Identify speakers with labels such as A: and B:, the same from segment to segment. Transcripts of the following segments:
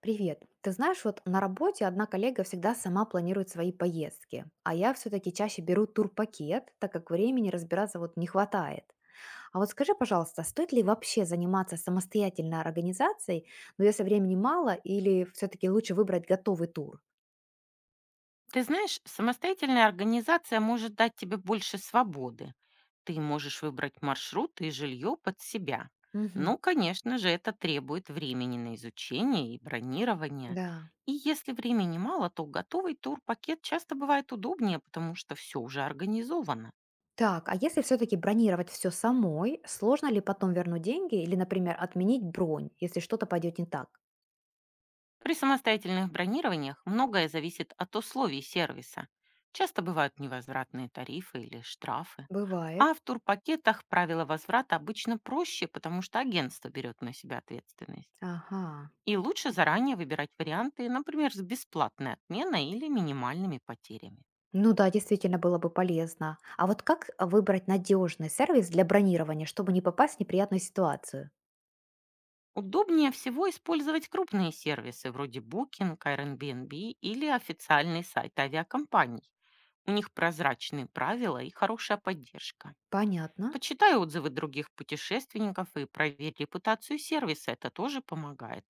A: Привет. Ты знаешь, вот на работе одна коллега всегда сама планирует свои поездки, а я все-таки чаще беру турпакет, так как времени разбираться не хватает. А вот скажи, пожалуйста, стоит ли вообще заниматься самостоятельной организацией, но если времени мало, или все-таки лучше выбрать готовый тур?
B: Ты знаешь, самостоятельная организация может дать тебе больше свободы. Ты можешь выбрать маршрут и жилье под себя.
A: Мгм.
B: Ну, конечно же, это требует времени на изучение и бронирование.
A: Да.
B: И если времени мало, то готовый тур-пакет часто бывает удобнее, потому что все уже организовано.
A: Так, а если все-таки бронировать все самой, сложно ли потом вернуть деньги или, например, отменить бронь, если что-то пойдет не так?
B: При самостоятельных бронированиях многое зависит от условий сервиса. Часто бывают невозвратные тарифы или штрафы.
A: Бывает.
B: А в турпакетах правила возврата обычно проще, потому что агентство берет на себя ответственность.
A: Ага.
B: И лучше заранее выбирать варианты, например, с бесплатной отменой или минимальными потерями.
A: Ну да, действительно было бы полезно. А вот как выбрать надежный сервис для бронирования, чтобы не попасть в неприятную ситуацию?
B: Удобнее всего использовать крупные сервисы вроде Booking, Airbnb или официальный сайт авиакомпаний. У них прозрачные правила и хорошая поддержка.
A: Понятно.
B: Почитай отзывы других путешественников и проверь репутацию сервиса, это тоже помогает.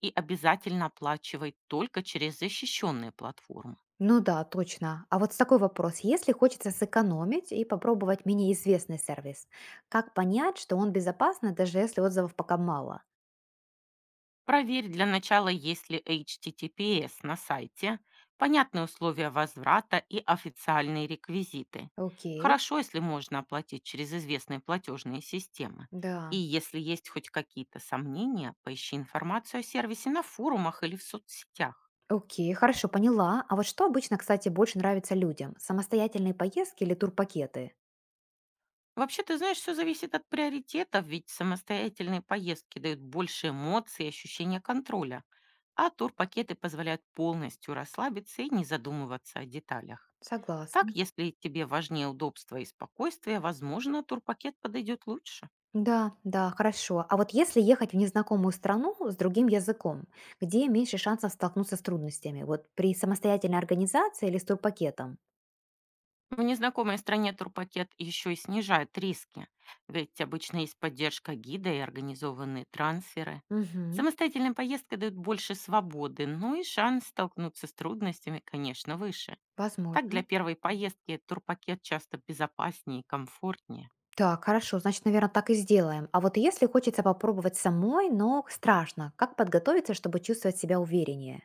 B: И обязательно оплачивай только через защищенные платформы.
A: Ну да, точно. А вот с такой вопрос. Если хочется сэкономить и попробовать менее известный сервис, как понять, что он безопасный, даже если отзывов пока мало?
B: Проверь для начала, есть ли HTTPS на сайте, понятные условия возврата и официальные реквизиты.
A: Окей,
B: Хорошо, если можно оплатить через известные платежные системы. И
A: да.
B: если есть хоть какие-то сомнения, поищи информацию о сервисе на форумах или в соцсетях.
A: Окей, хорошо, поняла. А вот что обычно, кстати, больше нравится людям? Самостоятельные поездки или турпакеты?
B: Вообще, ты знаешь, все зависит от приоритетов, ведь самостоятельные поездки дают больше эмоций и ощущения контроля, а турпакеты позволяют полностью расслабиться и не задумываться о деталях. Так,
A: Согласна.
B: если тебе важнее удобство и спокойствие, возможно, турпакет подойдет лучше.
A: Да, да, хорошо. А вот если ехать в незнакомую страну с другим языком, где меньше шансов столкнуться с трудностями? Вот при самостоятельной организации или с турпакетом?
B: В незнакомой стране турпакет еще и снижает риски, ведь обычно есть поддержка гида и организованные трансферы.
A: Угу,
B: Самостоятельная поездка дает больше свободы, но и шанс столкнуться с трудностями, конечно, выше. Так
A: возможно.
B: для первой поездки турпакет часто безопаснее и комфортнее.
A: Так, хорошо, значит, наверное, так и сделаем. А вот если хочется попробовать самой, но страшно, как подготовиться, чтобы чувствовать себя увереннее?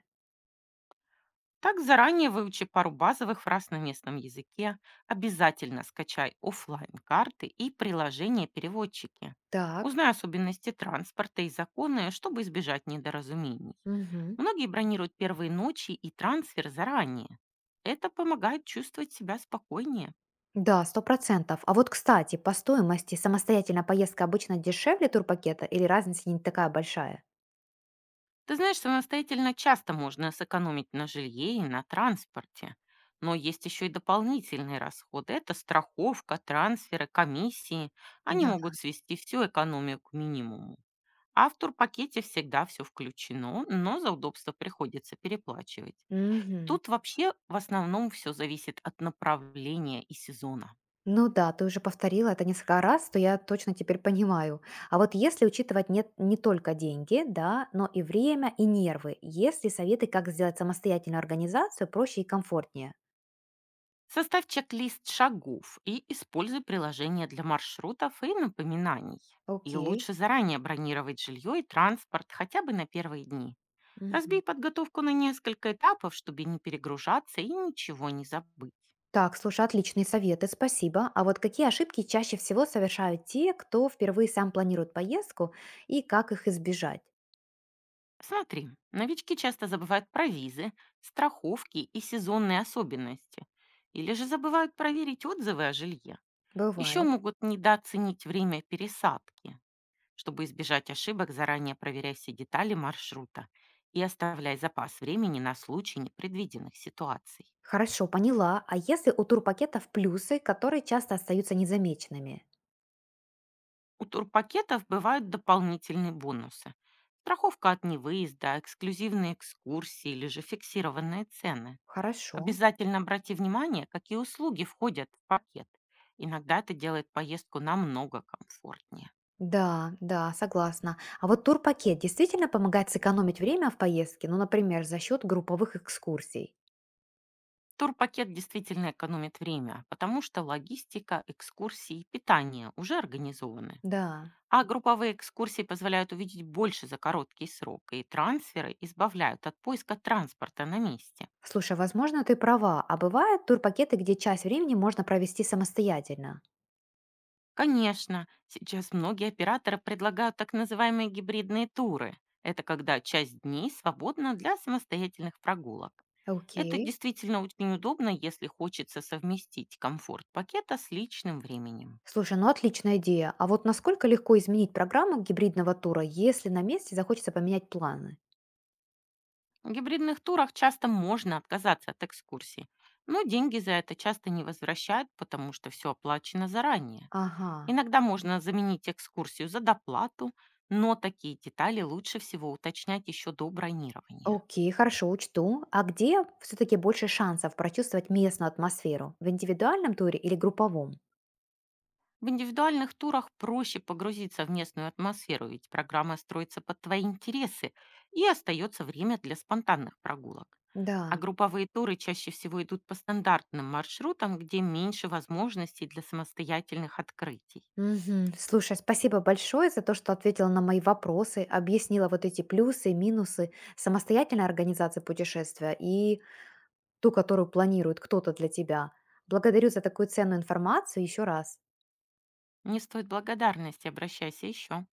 B: Так заранее выучи пару базовых фраз на местном языке, обязательно скачай оффлайн карты и приложения-переводчики.
A: Так.
B: Узнай особенности транспорта и законы, чтобы избежать недоразумений.
A: Угу.
B: Многие бронируют первые ночи и трансфер заранее. Это помогает чувствовать себя спокойнее.
A: Да, 100%. А вот, кстати, по стоимости самостоятельная поездка обычно дешевле турпакета или разница не такая большая?
B: Ты знаешь, самостоятельно часто можно сэкономить на жилье и на транспорте. Но есть еще и дополнительные расходы. Это страховка, трансферы, комиссии. Они
A: Да.
B: могут свести всю экономию к минимуму. А в турпакете всегда все включено, но за удобство приходится переплачивать.
A: Мгм.
B: Тут вообще в основном все зависит от направления и сезона.
A: Ну да, ты уже повторила это несколько раз, то я точно теперь понимаю. А вот если учитывать нет, не только деньги, да, но и время, и нервы, есть ли советы, как сделать самостоятельную организацию проще и комфортнее?
B: Составь чек-лист шагов и используй приложение для маршрутов и напоминаний. И
A: Окей.
B: лучше заранее бронировать жилье и транспорт хотя бы на первые дни.
A: Мгм.
B: Разбей подготовку на несколько этапов, чтобы не перегружаться и ничего не забыть.
A: Так, слушай, отличные советы, спасибо. А вот какие ошибки чаще всего совершают те, кто впервые сам планирует поездку и как их избежать?
B: Смотри, новички часто забывают про визы, страховки и сезонные особенности. Или же забывают проверить отзывы о жилье. Еще
A: Бывает.
B: могут недооценить время пересадки. Чтобы избежать ошибок, заранее проверяй все детали маршрута и оставляй запас времени на случай непредвиденных ситуаций.
A: Хорошо, поняла. А если у турпакетов плюсы, которые часто остаются незамеченными?
B: У турпакетов бывают дополнительные бонусы. Страховка от невыезда, эксклюзивные экскурсии или же фиксированные цены.
A: Хорошо.
B: Обязательно обрати внимание, какие услуги входят в пакет. Иногда это делает поездку намного комфортнее.
A: Да, да, согласна. А вот турпакет действительно помогает сэкономить время в поездке, ну, например, за счет групповых экскурсий.
B: Турпакет действительно экономит время, потому что логистика, экскурсии и питание уже организованы.
A: Да.
B: А групповые экскурсии позволяют увидеть больше за короткий срок, и трансферы избавляют от поиска транспорта на месте.
A: Слушай, а, возможно, ты права, а бывают турпакеты, где часть времени можно провести самостоятельно.
B: Конечно, сейчас многие операторы предлагают так называемые гибридные туры. Это когда часть дней свободна для самостоятельных прогулок. Это
A: Окей.
B: действительно очень удобно, если хочется совместить комфорт пакета с личным временем.
A: Слушай, ну отличная идея. А вот насколько легко изменить программу гибридного тура, если на месте захочется поменять планы?
B: В гибридных турах часто можно отказаться от экскурсии, но деньги за это часто не возвращают, потому что все оплачено заранее.
A: Ага.
B: Иногда можно заменить экскурсию за доплату, но такие детали лучше всего уточнять еще до бронирования.
A: Окей, хорошо, учту. А где все-таки больше шансов прочувствовать местную атмосферу? В индивидуальном туре или групповом?
B: В индивидуальных турах проще погрузиться в местную атмосферу, ведь программа строится под твои интересы и остается время для спонтанных прогулок. А
A: Да.
B: групповые туры чаще всего идут по стандартным маршрутам, где меньше возможностей для самостоятельных открытий.
A: Мгм. Слушай, спасибо большое за то, что ответила на мои вопросы, объяснила вот эти плюсы и минусы самостоятельной организации путешествия и ту, которую планирует кто-то для тебя. Благодарю за такую ценную информацию еще раз.
B: Не стоит благодарности, обращайся еще.